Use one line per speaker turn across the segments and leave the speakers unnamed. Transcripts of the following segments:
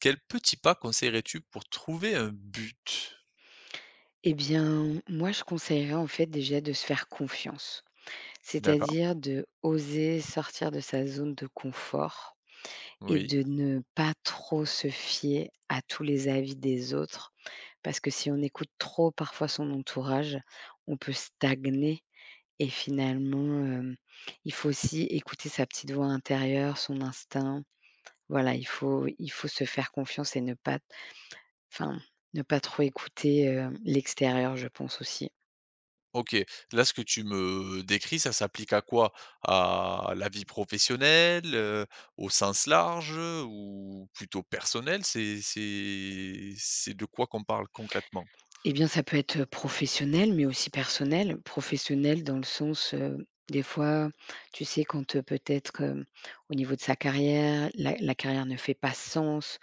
Quel petit pas conseillerais-tu pour trouver un but?
Eh bien, moi, je conseillerais en fait déjà de se faire confiance,
D'accord,
c'est-à-dire de oser sortir de sa zone de confort et
oui.
de ne pas trop se fier à tous les avis des autres, parce que si on écoute trop parfois son entourage, on peut stagner et finalement, il faut aussi écouter sa petite voix intérieure, son instinct. Voilà, il faut se faire confiance et ne pas enfin, ne pas trop écouter, l'extérieur, je pense aussi.
OK. Là, ce que tu me décris, ça s'applique à quoi? À la vie professionnelle, au sens large, ou plutôt personnel? C'est de quoi qu'on parle concrètement?
Eh bien, ça peut être professionnel, mais aussi personnel. Professionnel dans le sens, des fois, tu sais, quand, peut-être, au niveau de sa carrière, la carrière ne fait pas sens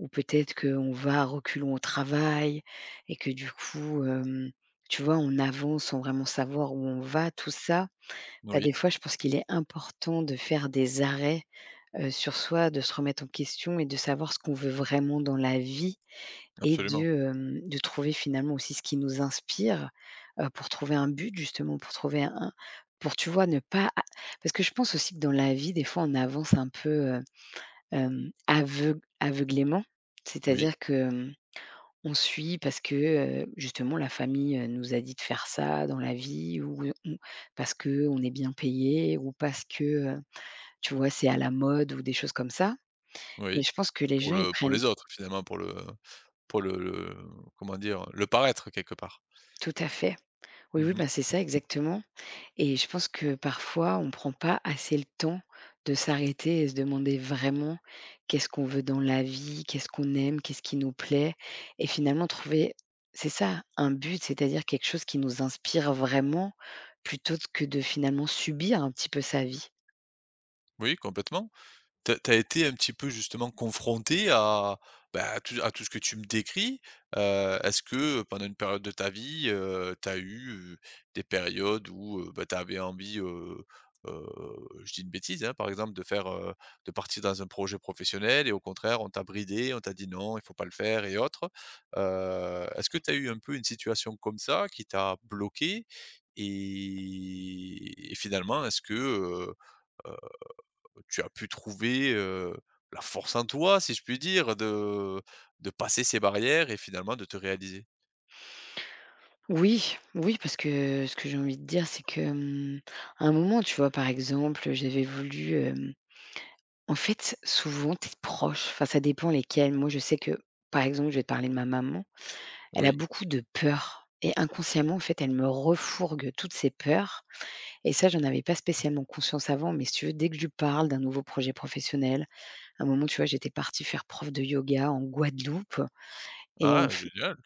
ou peut-être qu'on va à reculons au travail et que du coup, tu vois, on avance sans vraiment savoir où on va, tout ça. Bah, des
Oui,
fois, je pense qu'il est important de faire des arrêts, sur soi, de se remettre en question et de savoir ce qu'on veut vraiment dans la vie et
absolument.
de, de trouver finalement aussi ce qui nous inspire, pour trouver un but justement, pour trouver un pour tu vois, ne pas a parce que je pense aussi que dans la vie, des fois, on avance un peu, heu, aveuglément.
Oui,
C'est-à-dire que, on suit parce que, justement la famille, nous a dit de faire ça dans la vie ou parce qu'on est bien payé ou parce que, heu, tu vois, c'est à la mode ou des choses comme ça. Mais
oui.
je pense que les
Pour
gens, ils
le pour
prennent
les autres, finalement, pour le comment dire? Le paraître quelque part.
tout à fait. Oui, oui,
Mmh.
bah, c'est ça exactement. Et je pense que parfois, on ne prend pas assez le temps de s'arrêter et se demander vraiment qu'est-ce qu'on veut dans la vie, qu'est-ce qu'on aime, qu'est-ce qui nous plaît et finalement trouver c'est ça, un but, c'est-à-dire quelque chose qui nous inspire vraiment plutôt que de finalement subir un petit peu sa vie.
Oui, complètement. T'as as été un petit peu justement confronté à, bah, à tout ce que tu me décris. Est-ce que pendant une période de ta vie, tu as eu, heu, des périodes où, bah, tu avais envie, heu, je dis une bêtise, hein, par exemple de faire, de partir dans un projet professionnel et au contraire on t'a bridé, on t'a dit: «Non, il faut pas le faire» et autres. Est-ce que tu as eu un peu une situation comme ça qui t'a bloqué et finalement est-ce que, tu as pu trouver, la force en toi, si je puis dire, de passer ces barrières et finalement de te réaliser.
Oui, oui, parce que ce que j'ai envie de dire, c'est que, à un moment, tu vois, par exemple, j'avais voulu, en fait, souvent, tes proches, enfin, ça dépend lesquels. Moi, je sais que, par exemple, je vais te parler de ma maman. Elle a
Oui.
beaucoup de peurs et inconsciemment, en fait, elle me refourgue toutes ces peurs et ça, j'en avais pas spécialement conscience avant, mais si tu veux, dès que je lui parle d'un nouveau projet professionnel, à un moment, tu vois, j'étais partie faire prof de yoga en Guadeloupe et en
Ah génial!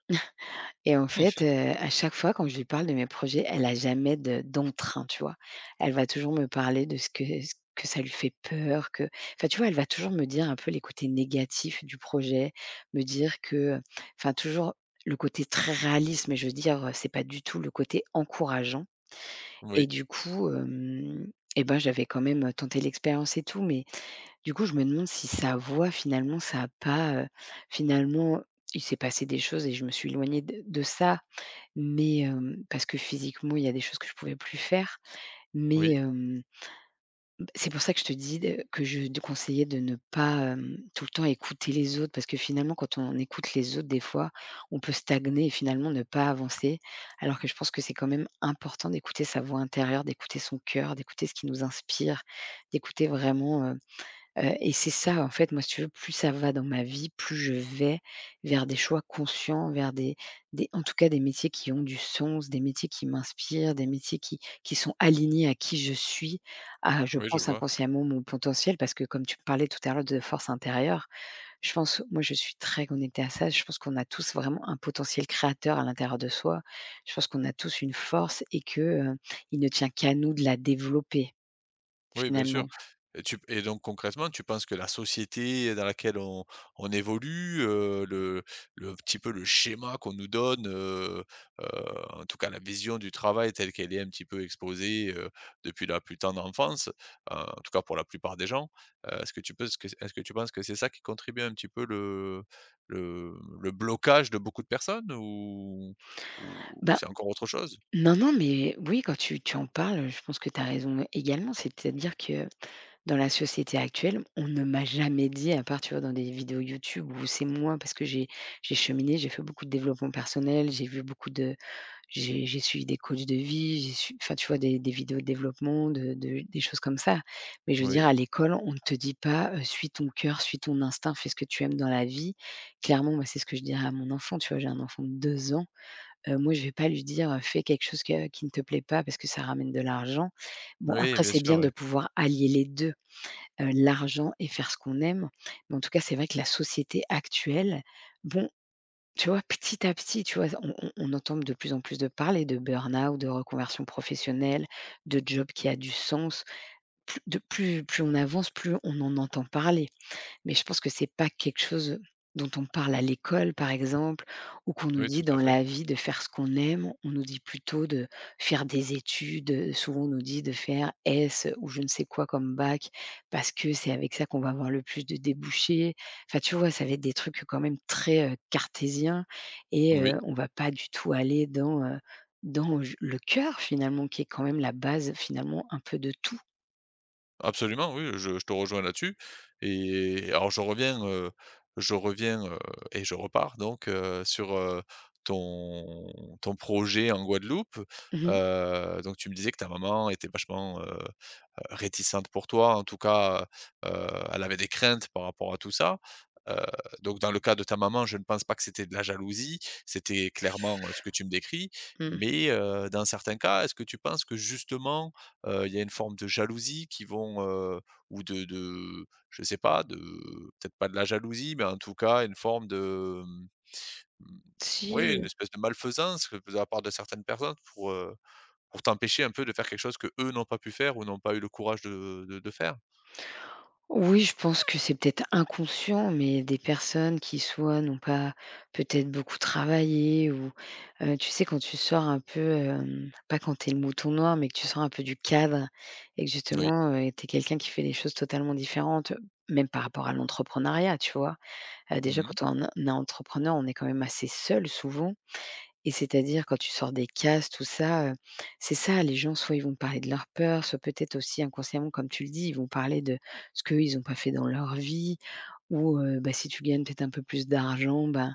et en fait, à chaque fois quand je lui parle de mes projets, elle a jamais de d'entrain, tu vois? Elle va toujours me parler de ce que ça lui fait peur, que enfin, tu vois, elle va toujours me dire un peu les côtés négatifs du projet, me dire que, enfin toujours le côté très réaliste, mais je veux dire, c'est pas du tout le côté encourageant et
Oui,
du coup, hem et ben, j'avais quand même tenté l'expérience et tout, mais du coup, je me demande si sa voix finalement ça a pas, finalement, il s'est passé des choses et je me suis éloignée de ça mais parce que physiquement, il y a des choses que je pouvais plus faire. Mais
oui,
hem, c'est pour ça que je te dis de que je te conseillais de ne pas, tout le temps écouter les autres parce que finalement, quand on écoute les autres, des fois, on peut stagner et finalement ne pas avancer. Alors que je pense que c'est quand même important d'écouter sa voix intérieure, d'écouter son cœur, d'écouter ce qui nous inspire, d'écouter vraiment. Et c'est ça, en fait, moi, si tu veux, plus ça va dans ma vie, plus je vais vers des choix conscients, vers des en tout cas, des métiers qui ont du sens, des métiers qui m'inspirent, des métiers qui sont alignés à qui je suis, à, je
oui, je
pense,
vois.
inconsciemment, mon potentiel. Parce que comme tu parlais tout à l'heure de force intérieure, je pense moi, je suis très connectée à ça. Je pense qu'on a tous vraiment un potentiel créateur à l'intérieur de soi. Je pense qu'on a tous une force et que, heu, il ne tient qu'à nous de la développer,
Oui, bien sûr.
finalement.
Et tu et donc concrètement, tu penses que la société dans laquelle on évolue, le petit peu le schéma qu'on nous donne, heu, en tout cas la vision du travail telle qu'elle est un petit peu exposée, depuis la plus tendre enfance, en tout cas pour la plupart des gens, est-ce que tu penses que c'est ça qui contribue un petit peu le blocage de beaucoup de personnes ou
Ben
c'est encore autre chose?
non, non, mais oui, quand tu en parles, je pense que tu as raison également. C'est-à-dire que dans la société actuelle, on ne m'a jamais dit, à part, tu vois, dans des vidéos YouTube où c'est moi, parce que j'ai cheminé, j'ai fait beaucoup de développement personnel, j'ai vu beaucoup de j'ai suivi des coachs de vie, j'ai su enfin, tu vois, des vidéos de développement, de des choses comme ça. Mais je veux
Oui.
dire, à l'école, on ne te dit pas, «Suis ton cœur, suis ton instinct, fais ce que tu aimes dans la vie». Clairement, moi, c'est ce que je dirais à mon enfant, tu vois? J'ai un enfant de 2 ans. Moi, je vais pas lui dire, «Fais quelque chose que qui ne te plaît pas parce que ça ramène de l'argent». Bon,
Oui,
après,
bien
c'est
sûr,
bien de
ouais.
pouvoir allier les 2, l'argent et faire ce qu'on aime. Mais en tout cas, c'est vrai que la société actuelle, bon, tu vois, petit à petit, tu vois, on entend de plus en plus de parler de burn-out, de reconversion professionnelle, de job qui a du sens. Plus de plus on avance, plus on en entend parler. Mais je pense que c'est pas quelque chose dont on parle à l'école, par exemple, ou qu'on nous
Oui, tout
dit dans
à fait.
la vie de faire ce qu'on aime. On nous dit plutôt de faire des études. Souvent, on nous dit de faire S ou je ne sais quoi comme bac, parce que c'est avec ça qu'on va avoir le plus de débouchés. Enfin, tu vois, ça va être des trucs quand même très, cartésiens et
Oui.
on va pas du tout aller dans, dans j le cœur finalement, qui est quand même la base, finalement, un peu de tout.
Absolument, oui, je te rejoins là-dessus et alors je reviens et je repars donc, sur, ton ton projet en Guadeloupe.
Mmh mh.
Donc tu me disais que ta maman était vachement, réticente pour toi, en tout cas, heu elle avait des craintes par rapport à tout ça. Heu, donc dans le cas de ta maman, je ne pense pas que c'était de la jalousie, c'était clairement, ce que tu me décris.
Mmh.
Mais, dans certains cas, est-ce que tu penses que justement, il y a une forme de jalousie qui vont, ou de je sais pas, de peut-être pas de la jalousie, mais en tout cas une forme de, mmh, oui, une
Si.
espèce de malfaisance que- de la part de certaines personnes pour t'empêcher un peu de faire quelque chose que eux n'ont pas pu faire ou n'ont pas eu le courage de faire.
Oui, je pense que c'est peut-être inconscient, mais des personnes qui soit n'ont pas peut-être beaucoup travaillé ou, tu sais quand tu sors un peu, pas quand t'es le mouton noir, mais que tu sors un peu du cadre et que
Oui.
justement, tu quelqu'un qui fait des choses totalement différentes, même par rapport à l'entrepreneuriat, tu vois? Déjà
Mmh.
quand on est entrepreneur, on est quand même assez seul souvent. Et c'est-à-dire quand tu sors des cases, tout ça, c'est ça, les gens soit ils vont parler de leurs peurs, soit peut-être aussi inconsciemment comme tu le dis, ils vont parler de ce qu'eux ils ont pas fait dans leur vie ou, bah, si tu gagnes peut-être un peu plus d'argent, ben,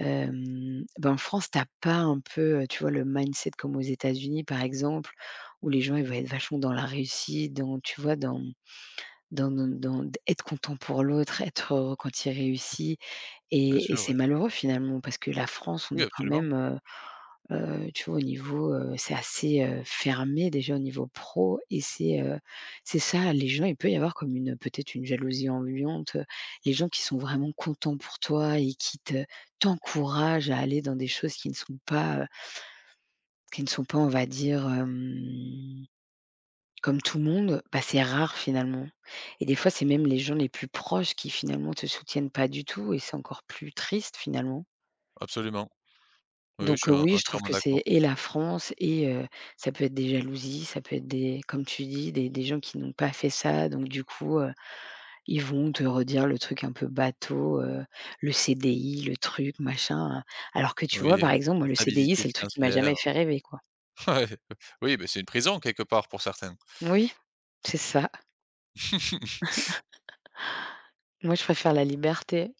ben, en France t'as pas un peu, tu vois le mindset comme aux États-Unis par exemple, où les gens ils vont être vachement dans la réussite, dans tu vois dans dans d être content pour l'autre, être heureux quand il réussit
Bien
et
sûr,
c'est
oui.
malheureux finalement parce que la France, on
Oui,
est quand
absolument,
même, heu. Tu vois, au niveau, c'est assez, fermé déjà au niveau pro et c'est ça, les gens il peut y avoir comme une peut-être une jalousie ambiante, les gens qui sont vraiment contents pour toi et qui te t'encouragent à aller dans des choses qui ne sont pas, qui ne sont pas, on va dire, comme tout le monde, bah, c'est rare finalement et des fois, c'est même les gens les plus proches qui finalement te soutiennent pas du tout et c'est encore plus triste finalement.
absolument. Oui, oui, je
Donc
suis en
oui, je trouve
entièrement
que c'est
d'accord.
et la France et ça peut être des jalousies, ça peut être des comme tu dis, des gens qui n'ont pas fait ça, donc du coup, ils vont te redire le truc un peu bateau, le CDI, le truc, machin, alors que tu
Oui,
vois, par exemple,
la
moi, le CDI,
stabilité
c'est le truc qui m'a jamais
financière.
fait rêver, quoi.
Ouais. Oui, mais c'est une prison quelque part pour certains.
Oui, c'est ça. Moi, je préfère la liberté.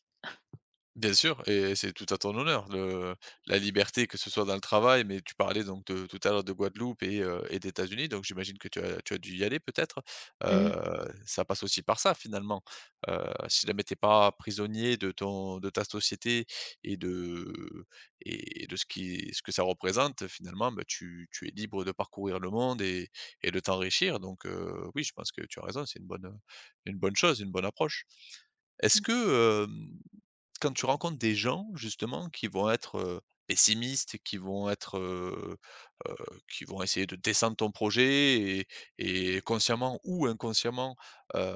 Bien sûr et c'est tout à ton honneur, le la liberté que ce soit dans le travail, mais tu parlais donc de tout à l'heure de Guadeloupe et d'États-Unis, donc j'imagine que tu as dû y aller peut-être?
Mmh.
Ça passe aussi par ça finalement. Heu, Si jamais tu es pas prisonnier de ton de ta société et de et de ce qui ce que ça représente, finalement, bah, tu es libre de parcourir le monde et de t'enrichir donc oui, je pense que tu as raison, c'est une bonne chose, une bonne approche. Est-ce que, hem quand tu rencontres des gens justement qui vont être, pessimistes, qui vont être, heu, qui vont essayer de descendre ton projet et consciemment ou inconsciemment, heu,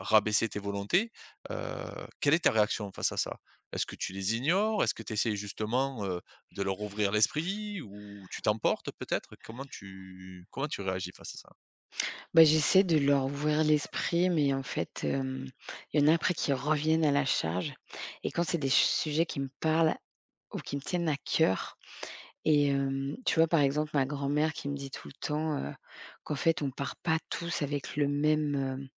rabaisser tes volontés, heu, quelle est ta réaction face à ça? Est-ce que tu les ignores? Est-ce que tu essaies justement, de leur ouvrir l'esprit ou tu t'emportes peut-être? Comment tu réagis face à ça?
Bah, j'essaie de leur ouvrir l'esprit, mais en fait, il y en a après qui reviennent à la charge et quand c'est des sujets qui me parlent ou qui me tiennent à cœur. Et tu vois, par exemple, ma grand-mère qui me dit tout le temps, qu'en fait on part pas tous avec le même,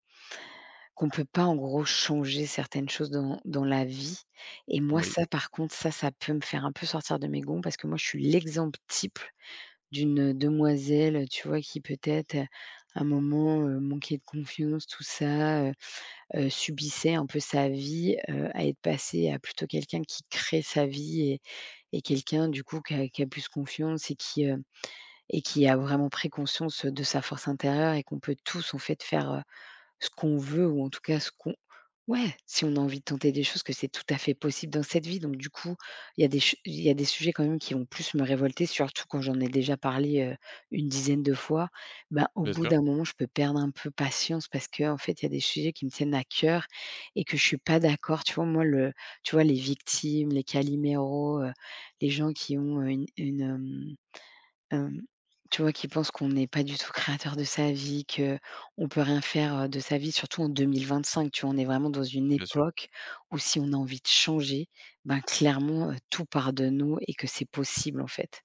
qu'on peut pas en gros changer certaines choses dans la vie. Et moi
Oui,
ça par contre, ça peut me faire un peu sortir de mes gonds parce que moi je suis l'exemple type d'une demoiselle, tu vois, qui peut-être, à un moment, manquait de confiance, tout ça, subissait un peu sa vie, à être passée à plutôt quelqu'un qui crée sa vie et quelqu'un du coup qui a plus confiance et et qui a vraiment pris conscience de sa force intérieure et qu'on peut tous, en fait, faire, ce qu'on veut ou en tout cas ce qu'on... Ouais, si on a envie de tenter des choses, que c'est tout à fait possible dans cette vie. Donc du coup, il y a des sujets quand même qui vont plus me révolter, surtout quand j'en ai déjà parlé, une dizaine de fois. Ben, au
bien
bout
sûr,
d'un moment, je peux perdre un peu patience parce que en fait, il y a des sujets qui me tiennent à cœur et que je suis pas d'accord. Tu vois, moi, le tu vois, les victimes, les caliméros, les gens qui ont, une, Hem, tu vois, qui pensent qu'on n'est pas du tout créateur de sa vie, que on peut rien faire, de sa vie, surtout en 2025, tu vois? On est vraiment dans une
bien sûr.
époque où si on a envie de changer, ben, clairement, tout part de nous et que c'est possible, en fait.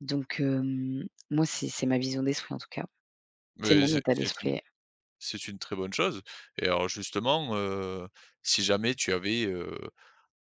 Donc, moi, c'est ma vision d'esprit, en tout cas. C'est
Mais
mon
c'est
état
c'est une
d'esprit.
C'est une très bonne chose et alors justement, si jamais tu avais,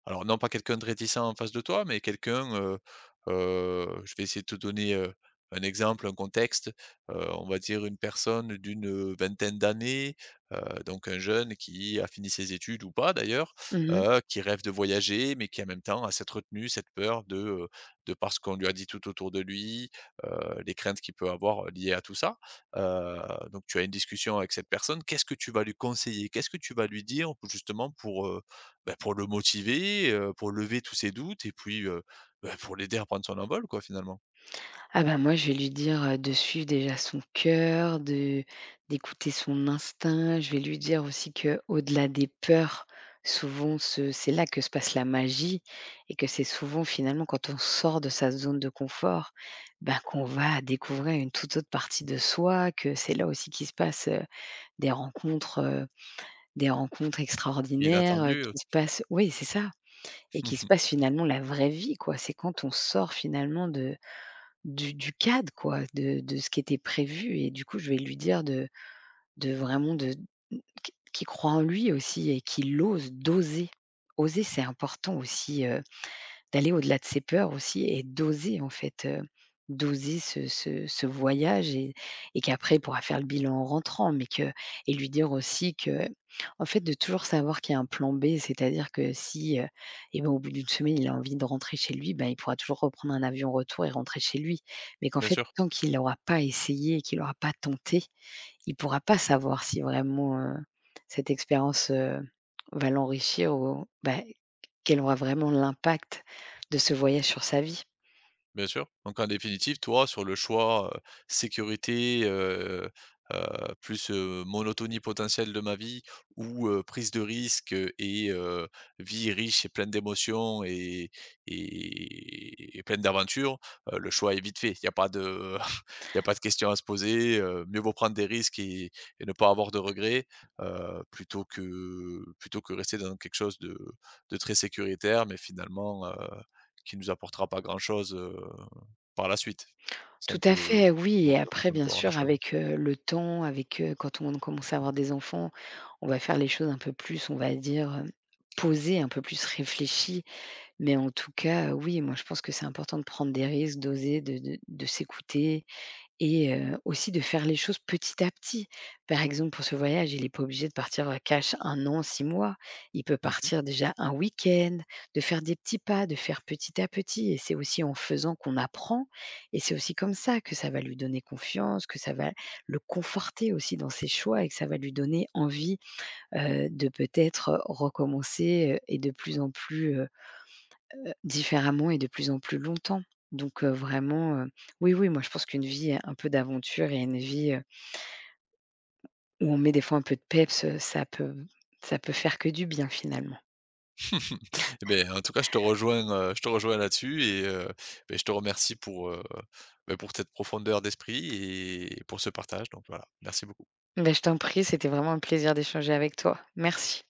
alors non, pas quelqu'un de réticent en face de toi, mais quelqu'un, je vais essayer de te donner, un exemple, un contexte, on va dire une personne d'une, vingtaine d'années, heu, donc un jeune qui a fini ses études ou pas d'ailleurs,
Mmh.
qui rêve de voyager, mais qui en même temps a cette retenue, cette peur de par ce qu'on lui a dit tout autour de lui, heu, les craintes qu'il peut avoir, liées à tout ça. Heu, donc tu as une discussion avec cette personne, qu'est-ce que tu vas lui conseiller? Qu'est-ce que tu vas lui dire justement pour, bah, pour le motiver, pour lever tous ses doutes et puis, bah, pour l'aider à prendre son envol quoi finalement.
Ah bah, moi, je vais lui dire, de suivre déjà son cœur, de d'écouter son instinct. Je vais lui dire aussi que au delà des peurs, souvent se c'est là que se passe la magie et que c'est souvent finalement quand on sort de sa zone de confort, ben qu'on va découvrir une toute autre partie de soi, que c'est là aussi qu'il se passe, des rencontres, heu, des rencontres
Et il a
extraordinaires,
attendu,
qu'il se passe, oui, c'est ça, et qu'il se passe finalement la vraie vie, quoi. C'est quand on sort finalement de du cadre quoi, de ce qui était prévu. Et du coup, je vais lui dire de vraiment, qu'il croit en lui aussi et qu'il ose, d'oser. Oser, c'est important aussi, d'aller au-delà de ses peurs aussi et d'oser en fait, d'oser ce voyage, et qu'après il pourra faire le bilan en rentrant, mais que et lui dire aussi que en fait, de toujours savoir qu'il y a un plan B, c'est-à-dire que si, et ben, au bout d'une semaine, il a envie de rentrer chez lui, ben, il pourra toujours reprendre un avion retour et rentrer chez lui. Mais qu'en
bien
fait,
sûr.
tant qu'il n'aura pas essayé et qu'il n'aura pas tenté, il pourra pas savoir si vraiment, cette expérience, va l'enrichir ou bah, quel aura vraiment l'impact de ce voyage sur sa vie.
Bien sûr. Donc en définitive, toi, sur le choix, sécurité, heu, plus, monotonie potentielle de ma vie ou, prise de risque, vie riche et pleine d'émotions et pleine d'aventures, le choix est vite fait. Il y a pas de il y a pas de question à se poser, mieux vaut prendre des risques et ne pas avoir de regrets, plutôt que rester dans quelque chose de très sécuritaire mais finalement, qui nous apportera pas grand-chose, par la suite. Ça ne
Tout à
peut
fait, oui,
bon,
et
ça
après
personne ne
bien
peut avoir la
sûr
chose.
avec, le temps, avec, quand on commence à avoir des enfants, on va faire les choses un peu plus, on va dire, posées, un peu plus réfléchies. Mais en tout cas, oui, moi je pense que c'est important de prendre des risques, d'oser, de s'écouter. Et aussi de faire les choses petit à petit. Par exemple, pour ce voyage, il n'est pas obligé de partir, cash un an, 6 mois. Il peut
Mmh mh.
partir déjà un week-end, de faire des petits pas, de faire petit à petit, et c'est aussi en faisant qu'on apprend et c'est aussi comme ça que ça va lui donner confiance, que ça va le conforter aussi dans ses choix et que ça va lui donner envie, de peut-être recommencer, et de plus en plus, différemment et de plus en plus longtemps. Donc vraiment, oui, oui, moi je pense qu'une vie, un peu d'aventure et une vie, où on met des fois un peu de peps, ça peut faire que du bien finalement.
Et beh, en tout cas, je te rejoins là-dessus et beh, je te remercie pour, beh, pour cette profondeur d'esprit et pour ce partage, donc voilà. Merci beaucoup.
Ben, je t'en prie, c'était vraiment un plaisir d'échanger avec toi. Merci.